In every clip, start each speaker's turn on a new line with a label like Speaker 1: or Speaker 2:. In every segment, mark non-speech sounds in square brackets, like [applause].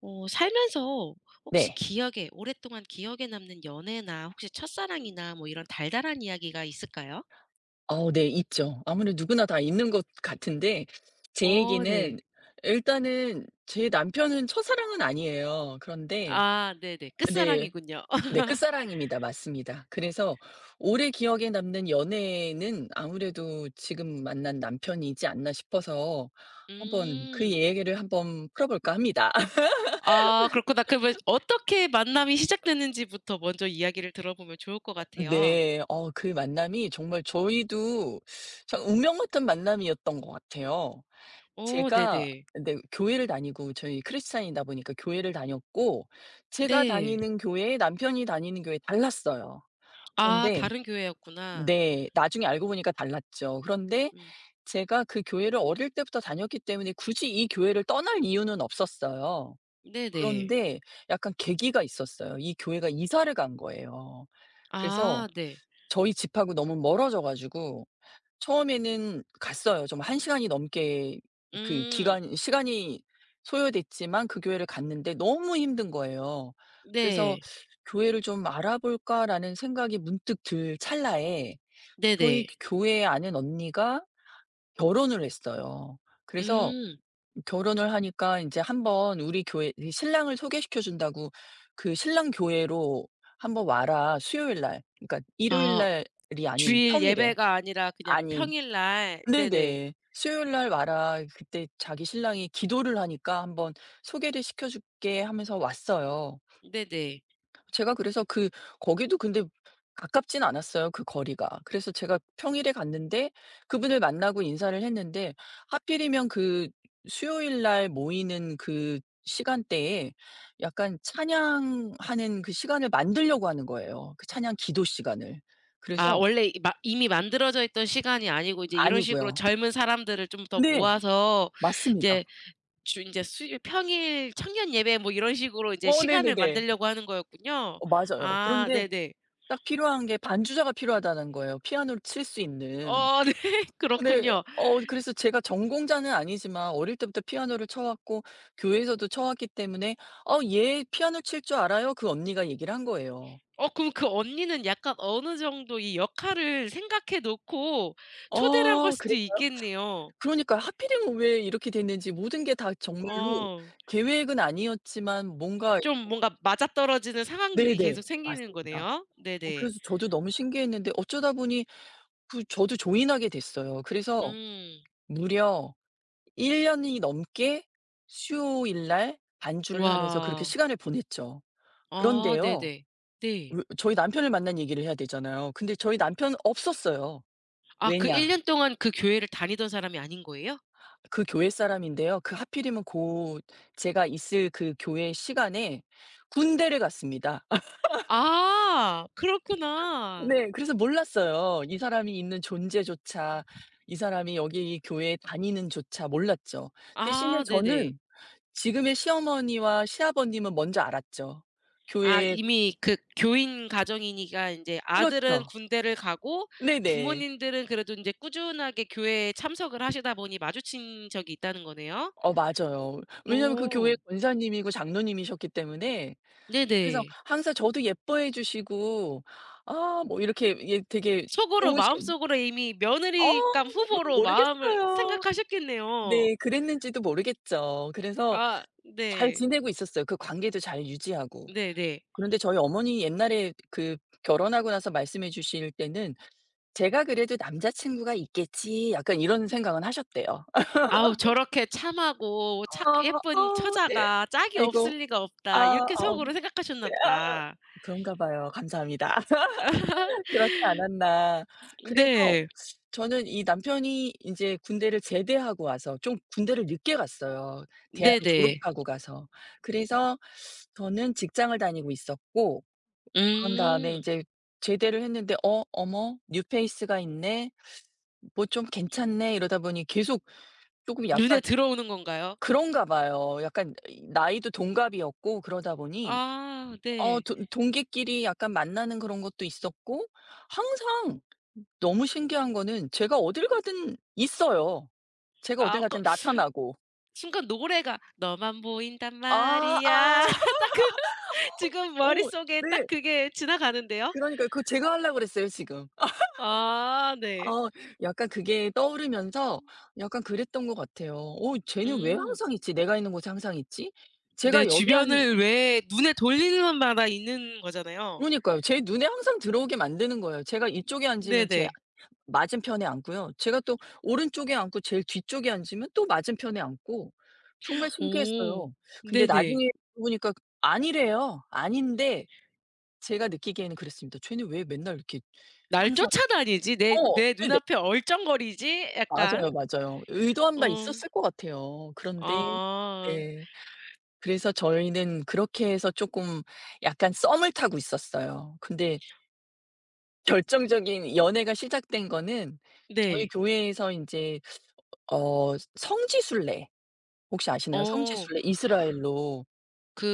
Speaker 1: 살면서 혹시
Speaker 2: 네.
Speaker 1: 기억에 오랫동안 기억에 남는 연애나 혹시 첫사랑이나 뭐 이런 달달한 이야기가 있을까요?
Speaker 2: 네 있죠. 아무래도 누구나 다 있는 것 같은데 제
Speaker 1: 어
Speaker 2: 얘기는
Speaker 1: 네.
Speaker 2: 일단은 제 남편은 첫사랑은 아니에요. 그런데
Speaker 1: 아 네네.
Speaker 2: 네.
Speaker 1: 끝사랑이군요.
Speaker 2: 네
Speaker 1: [laughs]
Speaker 2: 끝사랑입니다. 맞습니다. 그래서 오래 기억에 남는 연애는 아무래도 지금 만난 남편이지 않나 싶어서 한번 그
Speaker 1: 음.
Speaker 2: 얘기를 한번 풀어볼까 합니다. [laughs]
Speaker 1: 아 그렇구나. 그러면 어떻게 만남이 시작됐는지부터 먼저 이야기를 들어보면 좋을 것 같아요.
Speaker 2: 네. 그 만남이 정말 저희도 참 운명 같은 만남이었던 것 같아요.
Speaker 1: 어
Speaker 2: 제가
Speaker 1: 네네.
Speaker 2: 근데 교회를 다니고 저희 크리스찬이다 보니까 교회를 다녔고 제가
Speaker 1: 네.
Speaker 2: 다니는 교회, 남편이 다니는 교회 달랐어요.
Speaker 1: 아
Speaker 2: 그런데
Speaker 1: 다른 교회였구나.
Speaker 2: 네. 나중에 알고 보니까 달랐죠. 그런데
Speaker 1: 음.
Speaker 2: 제가 그 교회를 어릴 때부터 다녔기 때문에 굳이 이 교회를 떠날 이유는 없었어요.
Speaker 1: 네네.
Speaker 2: 그런데 약간 계기가 있었어요. 이 교회가 이사를 간 거예요. 그래서
Speaker 1: 아 네.
Speaker 2: 저희 집하고 너무 멀어져 가지고 처음에는 갔어요. 정말 한 시간이 넘게 그
Speaker 1: 음.
Speaker 2: 기간 시간이 소요됐지만 그 교회를 갔는데 너무 힘든 거예요. 그래서
Speaker 1: 네.
Speaker 2: '교회를 좀 알아볼까?'라는 생각이 문득 들 찰나에 저희
Speaker 1: 네네.
Speaker 2: 그 교회에 아는 언니가 결혼을 했어요. 그래서
Speaker 1: 음.
Speaker 2: 결혼을 하니까 인제 한번 우리 교회 이 신랑을 소개시켜 준다고 "그 신랑 교회로 한번 와라 수요일 날." 그러니까 일요일
Speaker 1: 아
Speaker 2: 날이 아닌
Speaker 1: 주일
Speaker 2: 평일에
Speaker 1: 예배가 아니라 그냥
Speaker 2: 아닌
Speaker 1: 평일날 네네.
Speaker 2: 네네. "수요일 날 와라." 그때 자기 신랑이 기도를 하니까 "한번 소개를 시켜 줄게." 하면서 왔어요.
Speaker 1: 네네.
Speaker 2: 제가 그래서 그 거기도 근데 가깝진 않았어요, 그 거리가. 그래서 제가 평일에 갔는데 그분을 만나고 인사를 했는데 하필이면 그 수요일 날 모이는 그 시간대에 약간 찬양하는 그 시간을 만들려고 하는 거예요, 그 찬양 기도 시간을.
Speaker 1: 아
Speaker 2: 그래서
Speaker 1: 원래 이 마 이미 만들어져 있던 시간이 아니고 이제 이런 식으로
Speaker 2: 아니고요.
Speaker 1: 젊은 사람들을 좀 더
Speaker 2: 네.
Speaker 1: 모아서
Speaker 2: 맞습니다.
Speaker 1: 이제 주 인제 수요 평일 청년 예배 뭐 이런 식으로 이제
Speaker 2: 어
Speaker 1: 시간을
Speaker 2: 네네네.
Speaker 1: 만들려고 하는 거였군요.
Speaker 2: 맞아요.
Speaker 1: 아
Speaker 2: 그런데
Speaker 1: 네네.
Speaker 2: 딱 필요한 게 반주자가 필요하다는 거예요, 피아노를 칠 수 있는.
Speaker 1: 어 [laughs] 네.
Speaker 2: 네.
Speaker 1: 그렇군요.
Speaker 2: 그래서 제가 전공자는 아니지만 어릴 때부터 피아노를 쳐 왔고 교회에서도 쳐 왔기 때문에 얘 피아노 칠 줄 알아요." 그 언니가 얘기를 한 거예요.
Speaker 1: 어 그럼 그 언니는 약간 어느 정도 이 역할을 생각해 놓고 초대를 한 걸
Speaker 2: 아
Speaker 1: 수도
Speaker 2: 그랬어요?
Speaker 1: 있겠네요.
Speaker 2: 그러니까요. 하필이면 왜 이렇게 됐는지 모든 게 다 정말로
Speaker 1: 어.
Speaker 2: 계획은 아니었지만 뭔가
Speaker 1: 좀
Speaker 2: 이렇게
Speaker 1: 뭔가 맞아떨어지는 상황들이 계속
Speaker 2: 네네.
Speaker 1: 생기는
Speaker 2: 맞습니다.
Speaker 1: 거네요. 네네.
Speaker 2: 그래서 저도 너무 신기했는데 어쩌다 보니 그 저도 조인하게 됐어요. 그래서
Speaker 1: 음.
Speaker 2: 무려 1 년이 넘게 수요일 날 반주를 하면서 그렇게
Speaker 1: 와.
Speaker 2: 시간을 보냈죠.
Speaker 1: 아
Speaker 2: 그런데요.
Speaker 1: 네네. 네.
Speaker 2: 왜 저희 남편을 만난 얘기를 해야 되잖아요. 근데 저희 남편은 없었어요.
Speaker 1: 아 그 1
Speaker 2: 왜냐?
Speaker 1: 년 동안 그 교회를 다니던 사람이 아닌 거예요?
Speaker 2: 그 교회 사람인데요. 그 하필이면 고 제가 있을 그 교회 시간에 군대를 갔습니다. [laughs]
Speaker 1: 아 그렇구나.
Speaker 2: 네. 그래서 몰랐어요. 이 사람이 있는 존재조차 이 사람이 여기 교회에 다니는조차 몰랐죠. 대신에
Speaker 1: 아 네네.
Speaker 2: 저는 지금의 시어머니와 시아버님은 먼저 알았죠.
Speaker 1: 아
Speaker 2: 교회에
Speaker 1: 이미 그 교인 가정이니까 인제 아들은
Speaker 2: 그렇죠.
Speaker 1: 군대를 가고
Speaker 2: 네네.
Speaker 1: 부모님들은 그래도 인제 꾸준하게 교회에 참석을 하시다 보니 마주친 적이 있다는 거네요.
Speaker 2: 맞아요. 왜냐하면 그 교회
Speaker 1: 어.
Speaker 2: 권사님이고 장로님이셨기 때문에 그래서
Speaker 1: 네네.
Speaker 2: 항상 저도 예뻐해 주시고 아 뭐 이렇게 예 되게
Speaker 1: 속으로
Speaker 2: 좋으신
Speaker 1: 마음속으로 이미 며느리감
Speaker 2: 너무
Speaker 1: 후보로 마음을
Speaker 2: 모르겠어요.
Speaker 1: 생각하셨겠네요.
Speaker 2: 네 그랬는지도 모르겠죠. 그래서
Speaker 1: 아
Speaker 2: 잘
Speaker 1: 네.
Speaker 2: 지내고 있었어요. 그 관계도 잘 유지하고.
Speaker 1: 네네.
Speaker 2: 그런데 저희 어머니 옛날에 그 결혼하고 나서 말씀해 주실 때는 "제가 그래도 남자 친구가 있겠지." 약간 이런 생각은 하셨대요. 아
Speaker 1: 아우 '저렇게 참하고 착
Speaker 2: 아
Speaker 1: 예쁜
Speaker 2: 네.
Speaker 1: 처자가 짝이
Speaker 2: 아이고.
Speaker 1: 없을 리가
Speaker 2: 아
Speaker 1: 없다.' 이렇게
Speaker 2: 어
Speaker 1: 속으로 생각하셨나
Speaker 2: 네.
Speaker 1: 보다.
Speaker 2: 그런가 봐요. 감사합니다. [laughs] 그렇지
Speaker 1: [laughs]
Speaker 2: 않았나. 그래서
Speaker 1: 네.
Speaker 2: 저는 이 남편이 인제 군대를 제대하고 와서 좀 군대를 늦게 갔어요, 대학을
Speaker 1: 네네.
Speaker 2: 졸업하고 가서. 그래서 저는 직장을 다니고 있었고 그런 다음에
Speaker 1: 음.
Speaker 2: 인제 제대를 했는데 어머 뉴페이스가 있네. 뭐 좀 괜찮네.' 이러다 보니 계속 쪼금
Speaker 1: 눈에
Speaker 2: 약간
Speaker 1: 들어오는 건가요?
Speaker 2: 그런가 봐요. 약간 이 나이도 동갑이었고 그러다 보니
Speaker 1: 아
Speaker 2: 어
Speaker 1: 네.
Speaker 2: 동 동기끼리 약간 만나는 그런 것도 있었고 항상 너무 신기한 거는 제가 어딜 가든 있어요. 제가
Speaker 1: 아
Speaker 2: 어딜
Speaker 1: 그
Speaker 2: 가든 나타나고.
Speaker 1: 순간 노래가 너만 보인단
Speaker 2: 아
Speaker 1: 말이야.
Speaker 2: 아.
Speaker 1: [laughs]
Speaker 2: [laughs]
Speaker 1: 딱 그 지금
Speaker 2: 오
Speaker 1: 머릿속에 딱
Speaker 2: 네.
Speaker 1: 그게 지나가는데요.
Speaker 2: 그러니까요. 그거 제가 하려고 그랬어요 지금.
Speaker 1: 아 네.
Speaker 2: 어 약간 그게 떠오르면서 약간 그랬던 것 같아요. 쟤는 왜
Speaker 1: 음.
Speaker 2: 항상 있지? 내가 있는 곳에 항상 있지?'
Speaker 1: 네
Speaker 2: 제가 여기 앉
Speaker 1: 주변을 왜 눈에 돌리는 마다 있는 거잖아요.
Speaker 2: 그러니까요. 제 눈에 항상 들어오게 만드는 거예요. 제가 이쪽에 앉으면 쟤
Speaker 1: 네네.
Speaker 2: 맞은편에 앉고요. 제가 또 오른쪽에 앉고 제일 뒤쪽에 앉으면 또 맞은편에 앉고 정말
Speaker 1: 오.
Speaker 2: 신기했어요. 근데
Speaker 1: 네네.
Speaker 2: 나중에 보니까 아니래요. 아닌데 제가 느끼기에는 그랬습니다. 쟤는 왜 맨날 이렇게
Speaker 1: 날
Speaker 2: 항상
Speaker 1: 쫓아다니지 내 내
Speaker 2: 네네.
Speaker 1: 눈앞에 얼쩡거리지 약간
Speaker 2: 맞아요, 맞아요. 의도한
Speaker 1: 어
Speaker 2: 바 있었을 것 같아요. 그런데
Speaker 1: 아
Speaker 2: 네. 그래서 저희는 그렇게 해서 쪼끔 약간 썸을 타고 있었어요. 근데 결정적인 연애가 시작된 거는 저희
Speaker 1: 네.
Speaker 2: 교회에서 인제 성지순례 혹시 아시나요?
Speaker 1: 어
Speaker 2: 성지순례 이스라엘로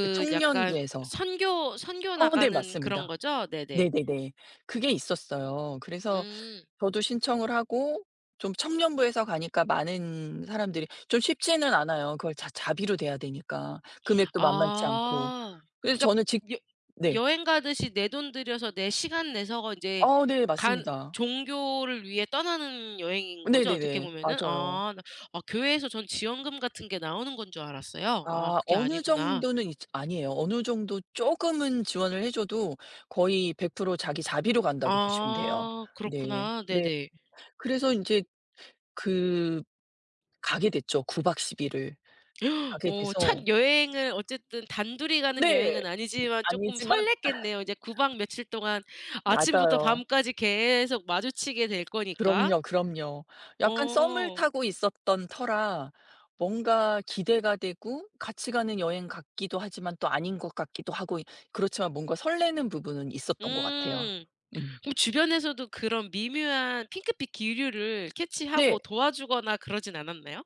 Speaker 2: 그
Speaker 1: 약간
Speaker 2: 청년부에서
Speaker 1: 선교 선교
Speaker 2: 네
Speaker 1: 나가는 그런
Speaker 2: 맞습니다.
Speaker 1: 거죠? 네네.
Speaker 2: 네네네. 그게 있었어요. 그래서
Speaker 1: 음.
Speaker 2: 저도 신청을 하고 좀 청년부에서 가니까 많은 사람들이 좀 쉽지는 않아요. 그걸 다 자비로 대야 되니까 금액도 만만치 않고.
Speaker 1: 아.
Speaker 2: 그래서
Speaker 1: 그러니까
Speaker 2: 저는 직
Speaker 1: 여
Speaker 2: 네.
Speaker 1: 여행 가듯이 내 돈 들여서 내 시간 내서 인제
Speaker 2: 네
Speaker 1: 간
Speaker 2: 맞습니다.
Speaker 1: 종교를 위해 떠나는 여행인 거죠? 어떻게
Speaker 2: 네네네.
Speaker 1: 보면은?
Speaker 2: 맞아요.
Speaker 1: 아. 아 교회에서 전 지원금 같은 게 나오는 건 줄 알았어요. 아
Speaker 2: 아
Speaker 1: 그게
Speaker 2: 어느
Speaker 1: 아니구나.
Speaker 2: 정도는 있 아니에요. 어느 정도 조금은 지원을 해 줘도 거의 100% 자기 자비로 간다고 보시면 돼요.
Speaker 1: 아
Speaker 2: 네.
Speaker 1: 그렇구나.
Speaker 2: 네.
Speaker 1: 네네.
Speaker 2: 그래서 이제 그 가게 됐죠. 9박 10 일을 가게
Speaker 1: 어
Speaker 2: 돼서
Speaker 1: 첫 여행을 어쨌든 단둘이 가는
Speaker 2: 네.
Speaker 1: 여행은 아니지만 쪼끔
Speaker 2: 아니지만
Speaker 1: 설렜겠네요. 이제 구박 며칠 동안 아침부터
Speaker 2: 맞아요.
Speaker 1: 밤까지 계속 마주치게 될 거니까.
Speaker 2: 그럼요, 그럼요. 약간 썸을
Speaker 1: 어.
Speaker 2: 타고 있었던 터라 뭔가 기대가 되고 같이 가는 여행 같기도 하지만 또 아닌 것 같기도 하고 그렇지만 뭔가 설레는 부분은 있었던 것 같아요.
Speaker 1: 음.
Speaker 2: 음.
Speaker 1: 그럼 주변에서도 그런 미묘한 핑크빛 기류를
Speaker 2: 네.
Speaker 1: 캐치하고 도와주거나 그러진 않았나요?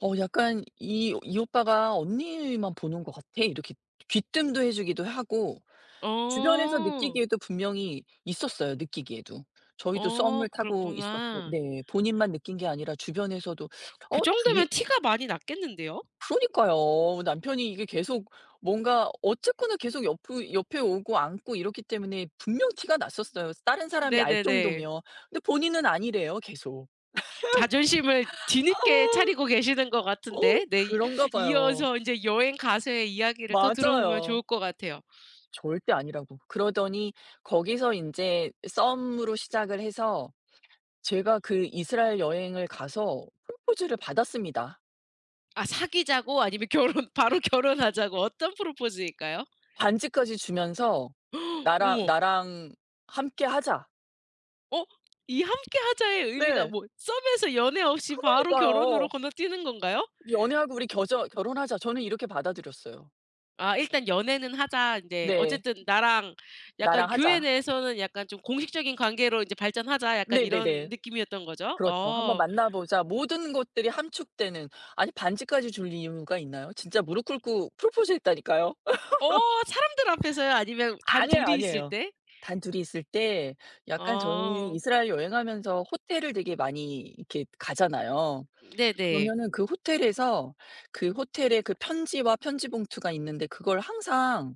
Speaker 2: 약간 이 이 오빠가 '언니만 보는 것 같아.' 이렇게 귀뜸도 해 주기도 하고 주변에서
Speaker 1: 어.
Speaker 2: 느끼기에도 분명히 있었어요, 느끼기에도. 저희도
Speaker 1: 어
Speaker 2: 썸을 타고 있었고
Speaker 1: 그렇구나.
Speaker 2: 네. 본인만 느낀 게 아니라 주변에서도
Speaker 1: 그
Speaker 2: 둘이
Speaker 1: 정도면 티가 많이 났겠는데요?
Speaker 2: 그러니까요. 남편이 이게 계속 뭔가 어쨌거나 계속 옆 옆에 오고 안고 이렇기 때문에 분명 티가 났었어요, 다른 사람이 알
Speaker 1: 네네네.
Speaker 2: 정도면. 근데 본인은 아니래요, 계속.
Speaker 1: 자존심을
Speaker 2: 아.
Speaker 1: 뒤늦게 차리고 계시는 것
Speaker 2: 어
Speaker 1: 같은데 네 이
Speaker 2: 그런가 봐요.
Speaker 1: 이어서 인제 여행 가서의 이야기를 더 들어보면
Speaker 2: 맞아요.
Speaker 1: 좋을 것 같아요.
Speaker 2: 절대 아니라고. 그러더니 거기서 인제 썸으로 시작을 해서 제가 그 이스라엘 여행을 가서 프로포즈를 받았습니다.
Speaker 1: 아 사귀자고 아니면 결혼 바로 [laughs] 결혼하자고 어떤 프로포즈일까요?
Speaker 2: 반지까지 주면서
Speaker 1: [gasps]
Speaker 2: "나랑
Speaker 1: 어머.
Speaker 2: 나랑 함께 하자."
Speaker 1: 어? 이 함께 하자의 의미가
Speaker 2: 네.
Speaker 1: 뭐 썸에서 연애 없이 바로 결혼으로
Speaker 2: 그러니까요.
Speaker 1: 건너뛰는 건가요?
Speaker 2: "연애하고 우리 겨저 결혼하자." 저는 이렇게 받아들였어요.
Speaker 1: 아 일단 연애는 하자 인제
Speaker 2: 네.
Speaker 1: 어쨌든 나랑 약간
Speaker 2: "나랑
Speaker 1: 교회
Speaker 2: 하자."
Speaker 1: 내에서는 약간 좀 공식적인 관계로 인제 발전하자 약간 이런
Speaker 2: 네네네.
Speaker 1: 느낌이었던 거죠?
Speaker 2: 그렇죠. "한번
Speaker 1: 어.
Speaker 2: 만나 보자." 모든 것들이 함축되는. 아니 반지까지 줄 이유가 있나요? 진짜 무릎 꿇고 프로포즈했다니까요.
Speaker 1: 어 사람들 앞에서요? 아니면 단
Speaker 2: 아니에요,
Speaker 1: 둘이 있을
Speaker 2: 아니에요.
Speaker 1: 때?
Speaker 2: 단둘이 있을 때 약간 저희는
Speaker 1: 어.
Speaker 2: 이스라엘 여행하면서 호텔을 되게 많이 이렇게 가잖아요.
Speaker 1: 네네.
Speaker 2: 그러면은 그 호텔에서 그 호텔에 그 편지와 편지 봉투가 있는데 그걸 항상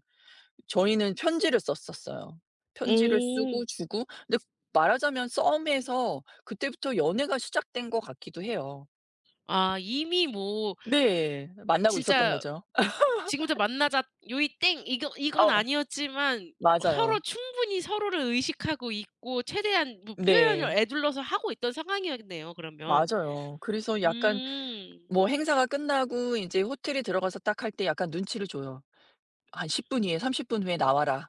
Speaker 2: 저희는 편지를 썼었어요. 편지를
Speaker 1: 오.
Speaker 2: 쓰고 주고 근데 말하자면 썸에서 그때부터 연애가 시작된 것 같기도 해요.
Speaker 1: 아 이미 뭐
Speaker 2: 네. 만나고 있었던
Speaker 1: 진짜
Speaker 2: 거죠.
Speaker 1: 지금부터 만나자 요이 땡 이거 이건
Speaker 2: 어
Speaker 1: 아니었지만 서로
Speaker 2: 맞아요.
Speaker 1: 충분히 서로를 의식하고 있고 최대한 뭐
Speaker 2: 네.
Speaker 1: 표현을 에둘러서 하고 있던 상황이었네요 그러면.
Speaker 2: 맞아요. 그래서 약간
Speaker 1: 음.
Speaker 2: 뭐 행사가 끝나고 이제 호텔에 들어가서 딱 할 때 약간 눈치를 줘요. "한 10분 후에 30분 후에 나와라.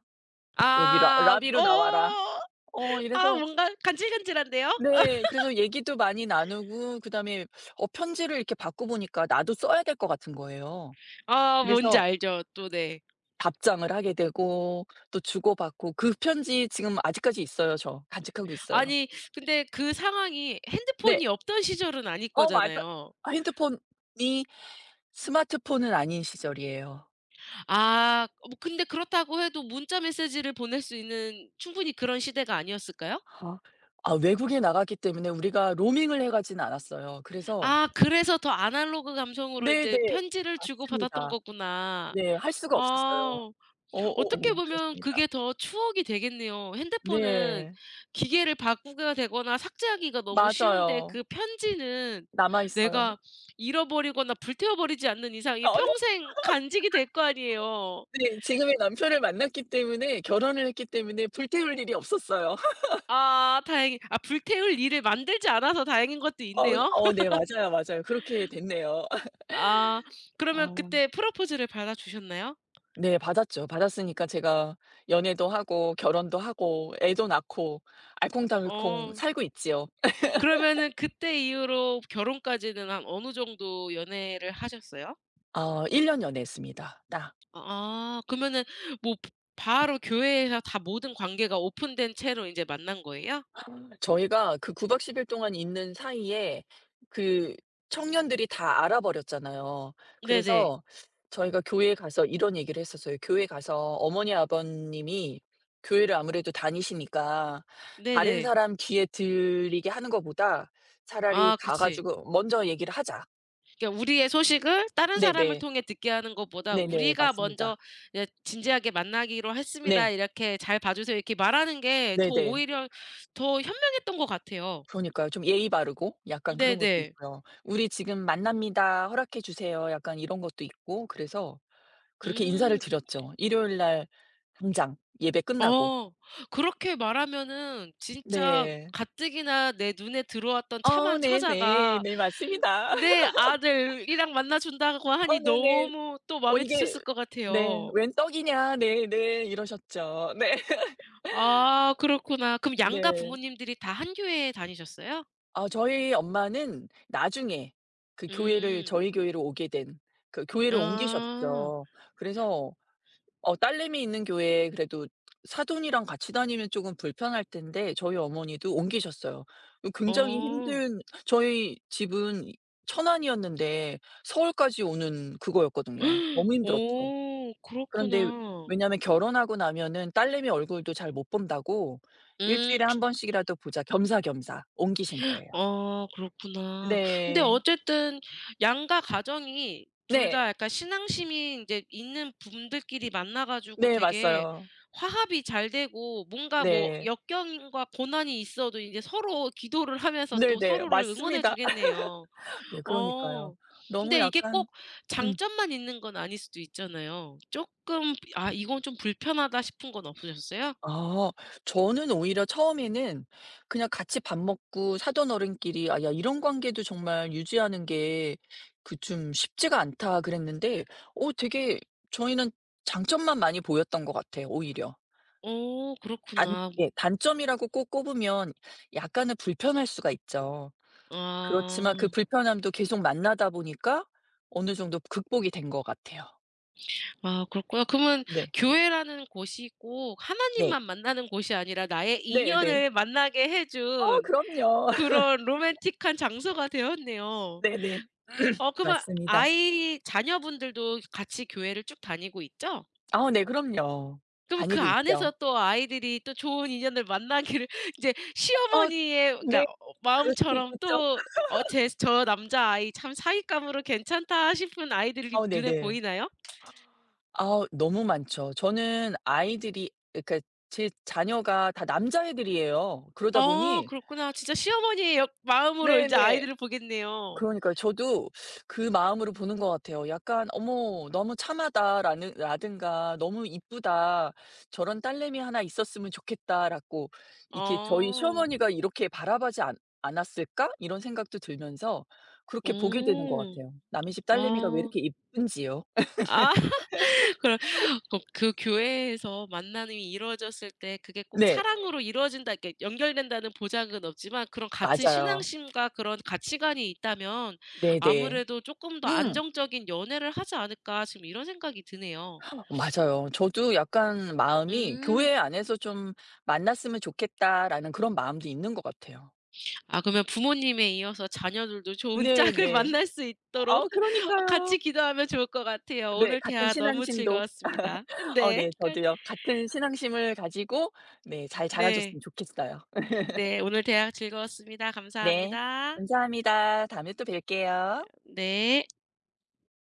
Speaker 2: 여기 라
Speaker 1: 아.
Speaker 2: 라비로 나와라."
Speaker 1: 어. 아
Speaker 2: 이래서
Speaker 1: 뭔가 간질간질한데요?
Speaker 2: 네. 그래서 얘기도 많이 나누고 그다음에 편지를 이렇게 받고 보니까 나도 써야 될 것 같은 거예요.
Speaker 1: 아 뭔지
Speaker 2: 그래서
Speaker 1: 알죠. 또 네.
Speaker 2: 답장을 하게 되고 또 주고받고 그 편지 지금 아직까지 있어요 저. 간직하고 있어요.
Speaker 1: 아니 근데 그 상황이
Speaker 2: 네.
Speaker 1: 핸드폰이 없던 시절은 아닐
Speaker 2: 맞아.
Speaker 1: 거잖아요.
Speaker 2: 아 핸드폰이 스마트폰은 아닌 시절이에요.
Speaker 1: 아 뭐 근데 그렇다고 해도 문자 메시지를 보낼 수 있는 충분히 그런 시대가 아니었을까요?
Speaker 2: 아. 아 외국에 나갔기 때문에 우리가 로밍을 해 가진 않았어요. 그래서
Speaker 1: 아 그래서 더 아날로그 감성으로
Speaker 2: 네네.
Speaker 1: 인제 편지를 주고받았던
Speaker 2: 맞습니다.
Speaker 1: 거구나.
Speaker 2: 네. 할 수가 없었어요.
Speaker 1: 아 어떻게
Speaker 2: 어어어
Speaker 1: 보면
Speaker 2: 그렇습니다.
Speaker 1: 그게 더 추억이 되겠네요. 핸드폰은
Speaker 2: 네.
Speaker 1: 기계를 바꾸게 되거나 삭제하기가 너무 쉬운데
Speaker 2: 맞아요.
Speaker 1: 그 편지는
Speaker 2: 남아 있어요.
Speaker 1: 내가 잃어버리거나 불태워 버리지 않는 이상 이게
Speaker 2: 네.
Speaker 1: 평생 간직이 될 거 아니에요.
Speaker 2: 네. 지금의 남편을 만났기 때문에 결혼을 했기 때문에 불태울 일이 없었어요. [laughs]
Speaker 1: 아 다행히 아 불태울 일을 만들지 않아서 다행인 것도 있네요.
Speaker 2: 네. 맞아요, 맞아요. 그렇게 됐네요.
Speaker 1: 아 그러면
Speaker 2: 아
Speaker 1: 그때 프로포즈를 받아 주셨나요?
Speaker 2: 네. 받았죠. 받았으니까 제가 연애도 하고 결혼도 하고 애도 낳고 알콩달콩
Speaker 1: 어.
Speaker 2: 살고 있지요.
Speaker 1: 그러면은 그때 이후로 결혼까지는 한 어느 정도 연애를 하셨어요?
Speaker 2: 1 년 연애했습니다. 딱.
Speaker 1: 아 그러면은 뭐 바로 교회에서 다 모든 관계가 오픈된 채로 인제 만난 거예요?
Speaker 2: 저희가 그 9 박 10일 동안 있는 사이에 그 청년들이 다 알아버렸잖아요.
Speaker 1: 네네.
Speaker 2: 그래서 저희가 교회에 가서 이런 얘기를 했었어요. 교회 가서 어머니 아버님이 교회를 아무래도 다니시니까 다른
Speaker 1: 네네.
Speaker 2: 사람 귀에 들리게 하는 것보다 차라리
Speaker 1: 아
Speaker 2: 가
Speaker 1: 그치.
Speaker 2: 가지고 먼저 얘기를 하자.
Speaker 1: 그러니까 우리의 소식을 다른 사람을
Speaker 2: 네네.
Speaker 1: 통해 듣게 하는 것보다
Speaker 2: 네네.
Speaker 1: "우리가
Speaker 2: 맞습니다.
Speaker 1: 먼저 이제 진지하게 만나기로 했습니다.
Speaker 2: 네.
Speaker 1: 이렇게 잘 봐 주세요." 이렇게 말하는 게 더
Speaker 2: 네네.
Speaker 1: 오히려 더 현명했던 것 같아요.
Speaker 2: 그러니까요. 좀 예의 바르고 약간 그런 것도
Speaker 1: 네네.
Speaker 2: 있고요. "우리 지금 만납니다. 허락해 주세요." 약간 이런 것도 있고 그래서 그렇게 인사를
Speaker 1: 음.
Speaker 2: 드렸죠. 일요일 날 당장 예배 끝나고.
Speaker 1: 어. 그렇게 말하면은 진짜
Speaker 2: 네.
Speaker 1: 가뜩이나 내 눈에 들어왔던
Speaker 2: 어,
Speaker 1: 참한
Speaker 2: 네네. 네
Speaker 1: 처자가
Speaker 2: 네, 맞습니다."
Speaker 1: 내
Speaker 2: [laughs]
Speaker 1: 아들이랑 만나 준다고 하니
Speaker 2: 네네.
Speaker 1: 너무 또 마음에
Speaker 2: 이게"
Speaker 1: 드셨을 것
Speaker 2: 네.
Speaker 1: 같아요.
Speaker 2: "웬 떡이냐." "네네." 이러셨죠. 네. [laughs]
Speaker 1: 아 그렇구나. 그럼 양가
Speaker 2: 네.
Speaker 1: 부모님들이 다 한 교회에 다니셨어요?
Speaker 2: 아 저희 엄마는 나중에 그 교회를
Speaker 1: 음.
Speaker 2: 저희 교회로 오게 된 그 교회를
Speaker 1: 아.
Speaker 2: 옮기셨죠. 그래서 딸내미 있는 교회에 그래도 사돈이랑 같이 다니면 조금 불편할 텐데 저희 어머니도 옮기셨어요. 그 굉장히
Speaker 1: 어.
Speaker 2: 힘든 저희 집은 천안이었는데 서울까지 오는 그거였거든요. 너무
Speaker 1: [gasps]
Speaker 2: 힘들었죠.
Speaker 1: 오
Speaker 2: 그런데
Speaker 1: 그렇구나.
Speaker 2: 왜냐하면 결혼하고 나면은 딸내미 얼굴도 잘 못 본다고 일
Speaker 1: 음.
Speaker 2: 주일에 한 번씩이라도 보자 겸사겸사 옮기신 거예요.
Speaker 1: 어 그렇구나. 근데
Speaker 2: 네.
Speaker 1: 어쨌든 양가 가정이 둘
Speaker 2: 네.
Speaker 1: 다 약간 신앙심이 이제 있는 분들끼리 만나 가지고
Speaker 2: 네
Speaker 1: 되게
Speaker 2: 맞아요.
Speaker 1: 화합이 잘 되고 뭔가 뭐
Speaker 2: 네.
Speaker 1: 역경과 고난이 있어도 이제 서로 기도를 하면서 또
Speaker 2: 네네.
Speaker 1: 서로를 응원해
Speaker 2: 맞습니다.
Speaker 1: 주겠네요.
Speaker 2: [laughs] 네
Speaker 1: 어.
Speaker 2: 그러니까요. 너무
Speaker 1: 근데 이게
Speaker 2: 약간
Speaker 1: 꼭
Speaker 2: 음.
Speaker 1: 장점만 있는 건 아닐 수도 있잖아요. 조금 '아 이건 좀 불편하다.' 싶은 건 없으셨어요?
Speaker 2: 아. 저는 오히려 처음에는 그냥 같이 밥 먹고 사돈 어른끼리 '아 야 이런 관계도 정말 유지하는 게 그 좀 쉽지가 않다.' 그랬는데 오 되게 저희는 장점만 많이 보였던 것 같아요 오히려.
Speaker 1: 어
Speaker 2: 단
Speaker 1: 그렇구나.
Speaker 2: 예 단점이라고 꼭 꼽으면 약간은 불편할 수가 있죠. 그렇지만 그
Speaker 1: 아.
Speaker 2: 불편함도 계속 만나다 보니까 어느 정도 극복이 된 것 같아요.
Speaker 1: 아 그렇구나. 그러면
Speaker 2: 네.
Speaker 1: 교회라는 곳이 꼭
Speaker 2: 네.
Speaker 1: 하나님만 만나는 곳이 아니라 나의
Speaker 2: 네네.
Speaker 1: 인연을 만나게 해준
Speaker 2: 그럼요. [laughs]
Speaker 1: 그런 로맨틱한 장소가 되었네요.
Speaker 2: 네네.
Speaker 1: 어 그러면
Speaker 2: 맞습니다.
Speaker 1: 아이 자녀분들도 같이 교회를 쭉 다니고 있죠?
Speaker 2: 아 네 그럼요.
Speaker 1: 그럼 그
Speaker 2: 다니고
Speaker 1: 안에서
Speaker 2: 있죠.
Speaker 1: 또 아이들이 또 좋은 인연을 만나기를 [laughs] 이제
Speaker 2: 아
Speaker 1: 시어머니의 그러니까
Speaker 2: 네.
Speaker 1: 어 어,
Speaker 2: 그럴 수도
Speaker 1: 마음처럼
Speaker 2: 있겠죠.
Speaker 1: 또 '어 제 저 남자아이 참 사윗감으로 괜찮다.' 싶은 아이들이
Speaker 2: 아
Speaker 1: 눈에
Speaker 2: 네네.
Speaker 1: 보이나요?
Speaker 2: 아 너무 많죠. 저는 아이들이 그러니까 제 자녀가 다 남자애들이에요. 그러다
Speaker 1: 어
Speaker 2: 보니
Speaker 1: 그렇구나. 진짜 시어머니의 역 마음으로 인제
Speaker 2: 네네.
Speaker 1: 아이들을 보겠네요.
Speaker 2: 그러니까요. 저도 그 마음으로 보는 것 같아요. 약간 '어머 너무 참하다.'라는 라든가 '너무 이쁘다. 저런 딸내미 하나 있었으면 좋겠다.'라고 이렇게 '저희
Speaker 1: 어.
Speaker 2: 시어머니가 이렇게 바라보지 않 않았을까?' 이런 생각도 들면서 그렇게 보게 되는 것
Speaker 1: 음.
Speaker 2: 같아요. 남의 집 딸내미가 왜
Speaker 1: 아.
Speaker 2: 이렇게 이쁜지요.
Speaker 1: 아 [laughs] 그럼 그 그 교회에서 만남이 이루어졌을 때 그게 꼭
Speaker 2: 네.
Speaker 1: 사랑으로 이루어진다 이렇게 연결된다는 보장은 없지만 그런 같은
Speaker 2: 맞아요.
Speaker 1: 신앙심과 그런 가치관이 있다면
Speaker 2: 네네.
Speaker 1: 아무래도 '쪼끔 더
Speaker 2: 음.
Speaker 1: 안정적인 연애를 하지 않을까.' 지금 이런 생각이 드네요.
Speaker 2: 맞아요. 저도 약간 마음이
Speaker 1: 음.
Speaker 2: '교회 안에서 좀 만났으면 좋겠다.'라는 그런 마음도 있는 것 같아요.
Speaker 1: 아 그러면 부모님에 이어서 자녀들도 좋은 [laughs] 짝을
Speaker 2: 네네.
Speaker 1: 만날 수 있도록 [laughs] 같이
Speaker 2: 그러니까요.
Speaker 1: 기도하면 좋을 것 같아요.
Speaker 2: 네.
Speaker 1: 오늘
Speaker 2: 같은
Speaker 1: 대화 너무
Speaker 2: 신앙심도
Speaker 1: 즐거웠습니다. 네.
Speaker 2: 네
Speaker 1: 그,
Speaker 2: 저도요. 같은 신앙심을 가지고 네 잘 자라
Speaker 1: 네.
Speaker 2: 줬으면 좋겠어요.
Speaker 1: 네. 오늘 대화 즐거웠습니다.
Speaker 2: 네.
Speaker 1: 감사합니다.
Speaker 2: 감사합니다. 다음에 또 뵐게요.
Speaker 1: 네.